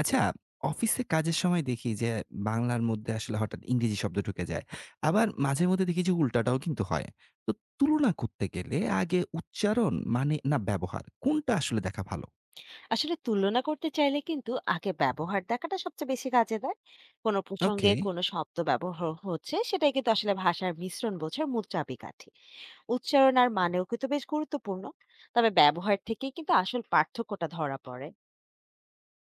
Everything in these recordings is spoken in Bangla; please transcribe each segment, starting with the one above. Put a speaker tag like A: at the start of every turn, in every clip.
A: আচ্ছা, অফিসে কাজের সময় দেখি যে বাংলার মধ্যে আসলে হঠাৎ ইংরেজি শব্দ ঢুকে যায়। আবার মাঝে মধ্যে দেখি যে উল্টাটাও কিন্তু হয়। তো তুলনা করতে গেলে আগে উচ্চারণ মানে না ব্যবহার কোনটা আসলে দেখা ভালো?
B: আসলে তুলনা করতে চাইলে কিন্তু আগে ব্যবহার দেখাটা সবচেয়ে বেশি কাজে দেয়। কোনো
A: ওকে।
B: প্রসঙ্গে কোনো শব্দ ব্যবহার হচ্ছে সেটাই কিন্তু আসলে ভাষার মিশ্রণ বোঝার মূল চাবিকাঠি। উচ্চারণ আর মানেও কিন্তু বেশ গুরুত্বপূর্ণ, তবে ব্যবহার থেকেই কিন্তু আসল পার্থক্যটা ধরা পড়ে।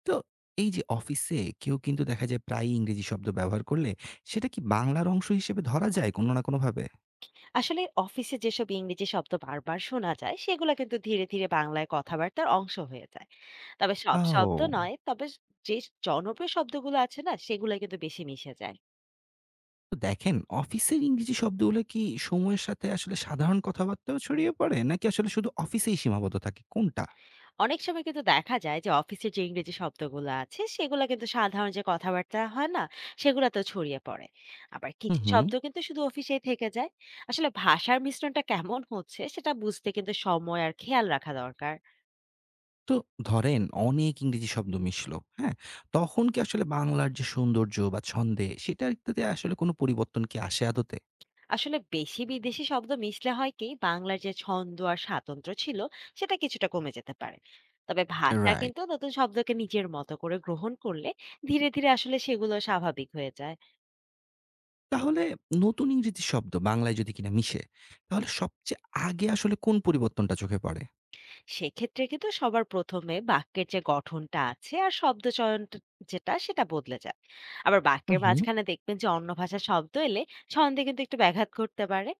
A: তো এই যে অফিসে কেউ কিন্তু দেখা যায় প্রায়ই ইংরেজি শব্দ ব্যবহার করলে সেটা কি বাংলার অংশ হিসেবে ধরা যায় কোনো না কোনোভাবে?
B: আসলে অফিসে যেসব ইংরেজি শব্দ বারবার শোনা যায় সেগুলো কিন্তু ধীরে ধীরে বাংলায় কথাবার্তার অংশ হয়ে যায়। তবে সব শব্দ
A: ও!
B: নয়। তবে যে জনপ্রিয় শব্দগুলো আছে না সেগুলো কিন্তু বেশি মিশে যায়।
A: তো দেখেন অফিসের ইংরেজি শব্দগুলো কি সময়ের সাথে আসলে সাধারণ কথাবার্তাও ছড়িয়ে পড়ে নাকি আসলে শুধু অফিসেই সীমাবদ্ধ থাকে কোনটা?
B: অনেক সময় কিন্তু দেখা যায় যে অফিসের যে ইংরেজি শব্দগুলো আছে সেগুলো কিন্তু সাধারণ যে কথাবার্তা হয় না, সেগুলো তো ছড়িয়ে পড়ে। আবার
A: হু,
B: কিছু
A: হু।
B: শব্দ কিন্তু শুধু অফিসেই থেকে যায়। আসলে ভাষার মিশ্রণটা কেমন হচ্ছে সেটা বুঝতে কিন্তু সময় আর খেয়াল রাখা দরকার।
A: তো ধরেন অনেক ইংরেজি শব্দ মিশলো, হ্যাঁ? তখন কি আসলে বাংলার যে সৌন্দর্য বা ছন্দে সেটাতে আসলে কোনো পরিবর্তন কি আসে আদতে?
B: আসলে বেশি বিদেশি শব্দ মিশলে হয় কি বাংলার যে ছন্দ আর স্বাতন্ত্র্য ছিল সেটা কিছুটা কমে যেতে পারে। তবে ভাষা
A: রাইট।
B: কিন্তু নতুন শব্দকে নিজের মতো করে গ্রহণ করলে ধীরে ধীরে আসলে সেগুলো স্বাভাবিক হয়ে যায়।
A: তাহলে নতুন ইংরেজি শব্দ বাংলায় যদি কিনা মিশে, তাহলে সবচেয়ে আগে আসলে কোন পরিবর্তনটা চোখে পড়ে?
B: সেক্ষেত্রে কিন্তু সবার প্রথমে বাক্যের যে গঠনটা আছে আর শব্দ চয়নটা যেটা সেটা বদলে যায়। আবার
A: হু,
B: বাক্যের
A: হু।
B: মাঝখানে দেখবেন যে অন্য ভাষার শব্দ এলে ছন্দে কিন্তু একটু ব্যাঘাত ঘটতে পারে।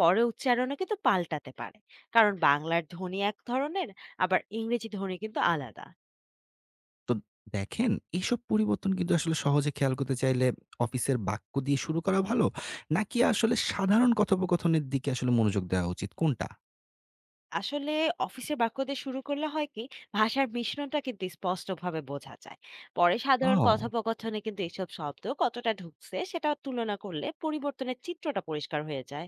B: পরে উচ্চারণও কিন্তু পাল্টাতে পারে, কারণ বাংলার ধ্বনি এক ধরনের, আবার ইংরেজি ধ্বনি কিন্তু আলাদা।
A: তো দেখেন এসব পরিবর্তন কিন্তু আসলে সহজে খেয়াল করতে চাইলে অফিসের বাক্য দিয়ে শুরু করা ভালো, নাকি আসলে সাধারণ কথোপকথনের দিকে আসলে মনোযোগ দেওয়া উচিত কোনটা?
B: আসলে অফিসে বাক্য দিয়ে শুরু করলে হয় কি ভাষার মিশ্রণটা কিন্তু স্পষ্টভাবে বোঝা যায়। পরে সাধারণ
A: ও!
B: কথোপকথনে কিন্তু এসব শব্দ কতটা ঢুকছে সেটা তুলনা করলে পরিবর্তনের চিত্রটা পরিষ্কার হয়ে যায়।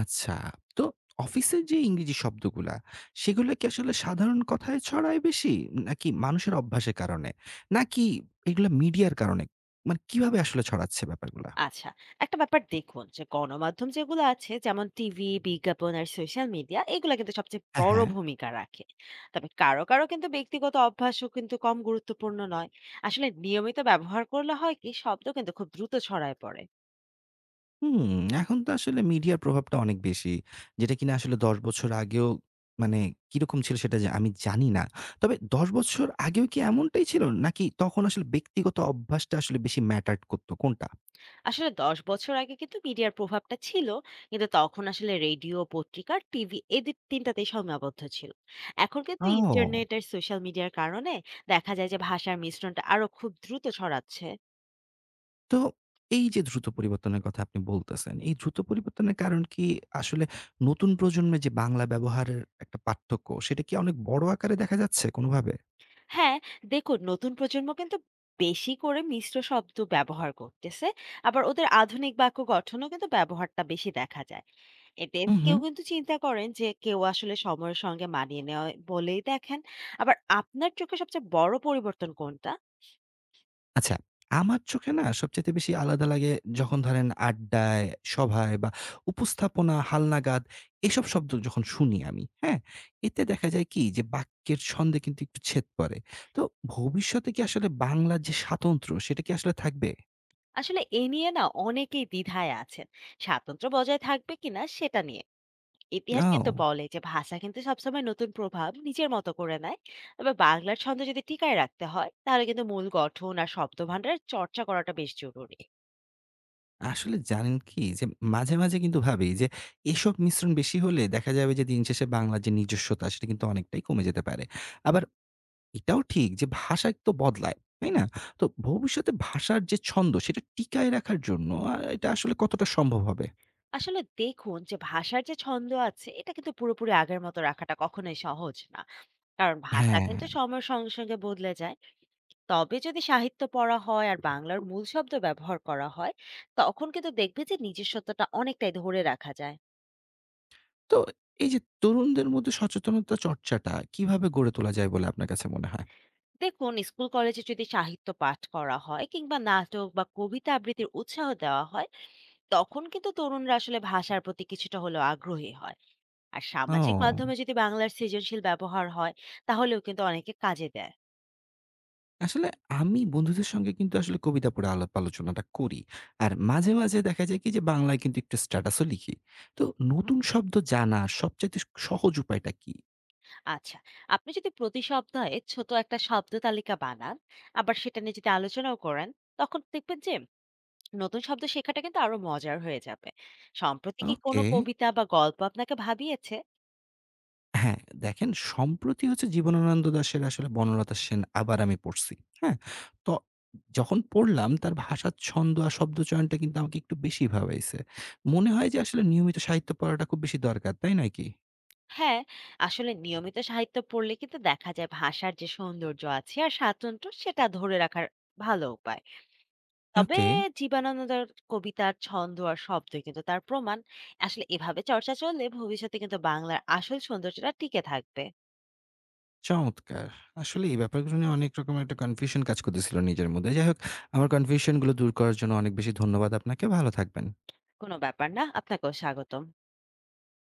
A: আচ্ছা। তো অফিসের যে ইংরেজি শব্দগুলা, সেগুলো কি আসলে সাধারণ কথায় ছড়ায় বেশি? নাকি মানুষের অভ্যাসের কারণে? নাকি এগুলা মিডিয়ার কারণে? মানে কিভাবে আসলে ছড়াচ্ছে ব্যাপারগুলা?
B: আচ্ছা, একটা ব্যাপার দেখুন যে গণমাধ্যম যেগুলো আছে যেমন টিভি, বিজ্ঞাপন আর সোশ্যাল মিডিয়া এগুলা কিন্তু সবচেয়ে
A: হ্যাঁ,
B: বড়
A: হ্যাঁ।
B: ভূমিকা রাখে। তবে কারো কিন্তু ব্যক্তিগত অভ্যাসও কিন্তু কম গুরুত্বপূর্ণ নয়। আসলে নিয়মিত ব্যবহার করলে হয় কি শব্দ কিন্তু খুব দ্রুত ছড়ায় পড়ে।
A: হুম, এখন তো আসলে মিডিয়ার প্রভাবটা অনেক বেশি। যেটা কিনা আসলে ১০ বছর আগেও মানে কিরকম ছিল সেটা যে আমি জানি না। তবে ১০ বছর আগেও কি এমনটাই ছিল? নাকি তখন আসলে ব্যক্তিগত অভ্যাসটা আসলে বেশি ম্যাটার করত? কোনটা?
B: আসলে ১০ বছর আগে কিন্তু মিডিয়ার প্রভাবটা ছিল, কিন্তু তখন আসলে রেডিও, পত্রিকা, টিভি এই ৩ টাতেই সীমাবদ্ধ ছিল। এখন কিন্তু
A: ও!
B: ইন্টারনেট আর সোশ্যাল মিডিয়ার কারণে দেখা যায় যে ভাষার মিশ্রণটা আরো খুব দ্রুত ছড়াচ্ছে।
A: তো এই যে দ্রুত পরিবর্তনের কথা আপনি বলতেছেন, এই দ্রুত পরিবর্তনের কারণ কি আসলে নতুন প্রজন্মে যে বাংলা ব্যবহারের একটা পার্থক্য, সেটা কি অনেক বড় আকারে দেখা যাচ্ছে কোনোভাবে?
B: হ্যাঁ, দেখুন নতুন প্রজন্ম কিন্তু বেশি করে মিশ্র শব্দ ব্যবহার করতেছে। আবার ওদের আধুনিক বাক্য গঠনও কিন্তু ব্যবহারটা বেশি দেখা যায়। এতে
A: হু, হু।
B: কেউ কিন্তু চিন্তা করেন যে কেউ আসলে সময়ের সঙ্গে মানিয়ে নেওয়া বলেই দেখেন। আবার আপনার চোখে সবচেয়ে বড় পরিবর্তন কোনটা?
A: আচ্ছা, আমার চোখে না সবচাইতে বেশি আলাদা লাগে যখন ধরেন আড্ডায়, সভায় বা উপস্থাপনা, হালনাগাদ এসব শব্দ যখন শুনি আমি, হ্যাঁ? এতে দেখা যায় কি যে বাক্যের ছন্দে কিন্তু একটু ছেদ পড়ে। তো ভবিষ্যতে কি আসলে বাংলার যে স্বাতন্ত্র্য, সেটা কি আসলে থাকবে?
B: আসলে এ নিয়ে না অনেকেই দ্বিধায় আছেন। স্বাতন্ত্র্য বজায় থাকবে কিনা সেটা নিয়ে। ইতিহাস কিন্তু
A: ও!
B: বলে যে ভাষা কিন্তু সবসময় নতুন প্রভাব নিজের মতো করে নেয়। তবে বাংলার ছন্দ যদি টিকায় রাখতে হয় তাহলে কিন্তু মূল গঠন আর শব্দভাণ্ডার চর্চা করাটা বেশ জরুরি।
A: আসলে জানেন কি? যে মাঝে, মাঝে কিন্তু ভাবি যে এসব মিশ্রণ বেশি হলে দেখা যাবে যে দিন শেষে বাংলার যে নিজস্বতা সেটা কিন্তু অনেকটাই কমে যেতে পারে। আবার এটাও ঠিক যে ভাষা তো বদলায়, তাই না? তো ভবিষ্যতে ভাষার যে ছন্দ সেটা টিকায় রাখার জন্য এটা আসলে কতটা সম্ভব হবে?
B: আসলে দেখুন যে ভাষার যে ছন্দ আছে এটা কিন্তু পুরোপুরি আগের মতো রাখাটা কখনোই সহজ না, কারণ ভাষা
A: হ্যাঁ।
B: কিন্তু সময়ের সঙ্গে সঙ্গে বদলে যায়। তবে যদি সাহিত্য পড়া হয় আর বাংলার মূল শব্দ ব্যবহার করা হয় তখন কিন্তু দেখবে যে নিজস্বতাটা অনেকটাই ধরে রাখা যায়।
A: তো এই যে তরুণদের মধ্যে সচেতনতা চর্চাটা কিভাবে গড়ে তোলা যায় বলে আপনার কাছে মনে হয়?
B: দেখুন স্কুল কলেজে যদি সাহিত্য পাঠ করা হয় কিংবা নাটক বা কবিতা আবৃত্তির উৎসাহ দেওয়া হয় তখন কিন্তু তরুণরা আসলে ভাষার প্রতি কিছুটা হলেও আগ্রহী হয়। আর সামাজিক
A: ও।
B: মাধ্যমে যদি বাংলার সৃজনশীল ব্যবহার হয় তাহলেও কিন্তু অনেকে কাজে দেয়।
A: আসলে আমি বন্ধুদের সঙ্গে কিন্তু আসলে কবিতা পড়ে আলাপ আলোচনাটা করি। আর মাঝে, মাঝে দেখা যায় কি যে বাংলায় কিন্তু একটু স্ট্যাটাসও লিখি। তো নতুন শব্দ জানা সবচাইতে সহজ উপায়টা কি?
B: আচ্ছা, আপনি যদি প্রতি সপ্তাহে ছোট একটা শব্দ তালিকা বানান আবার সেটা নিয়ে যদি আলোচনাও করেন তখন দেখবেন যে নতুন শব্দ শেখাটা কিন্তু আরো মজার হয়ে যাবে। সম্প্রতি কি কোনো
A: ওকে।
B: কবিতা বা গল্প আপনাকে ভাবিয়েছে?
A: হ্যাঁ, দেখেন সম্প্রতি হচ্ছে জীবনানন্দ দাশের আসলে বনলতা সেন আবার আমি পড়ছি। হ্যাঁ? তো যখন পড়লাম তার ভাষার ছন্দ আর শব্দচয়নটা কিন্তু আমাকে একটু বেশি ভাবাইছে। মনে হয় যে আসলে নিয়মিত সাহিত্য পড়াটা খুব বেশি দরকার, তাই নয় কি?
B: হ্যাঁ, আসলে নিয়মিত সাহিত্য পড়লে কিন্তু দেখা যায় ভাষার যে সৌন্দর্য আছে আর স্বাতন্ত্র্য সেটা ধরে রাখার ভালো উপায়। তবে
A: ওকে।
B: জীবনানন্দের কবিতার ছন্দ আর শব্দ কিন্তু তার প্রমাণ। আসলে এভাবে চর্চা চললে ভবিষ্যতে কিন্তু বাংলার আসল সৌন্দর্যটা টিকে থাকবে।
A: চমৎকার! আসলে এই ব্যাপারগুলো নিয়ে অনেক রকমের একটা কনফিউশন কাজ করতেছিল নিজের মধ্যে। যাই হোক, আমার কনফিউশন গুলো দূর করার জন্য অনেক বেশি ধন্যবাদ আপনাকে। ভালো থাকবেন।
B: কোনো ব্যাপার না, আপনাকেও স্বাগতম।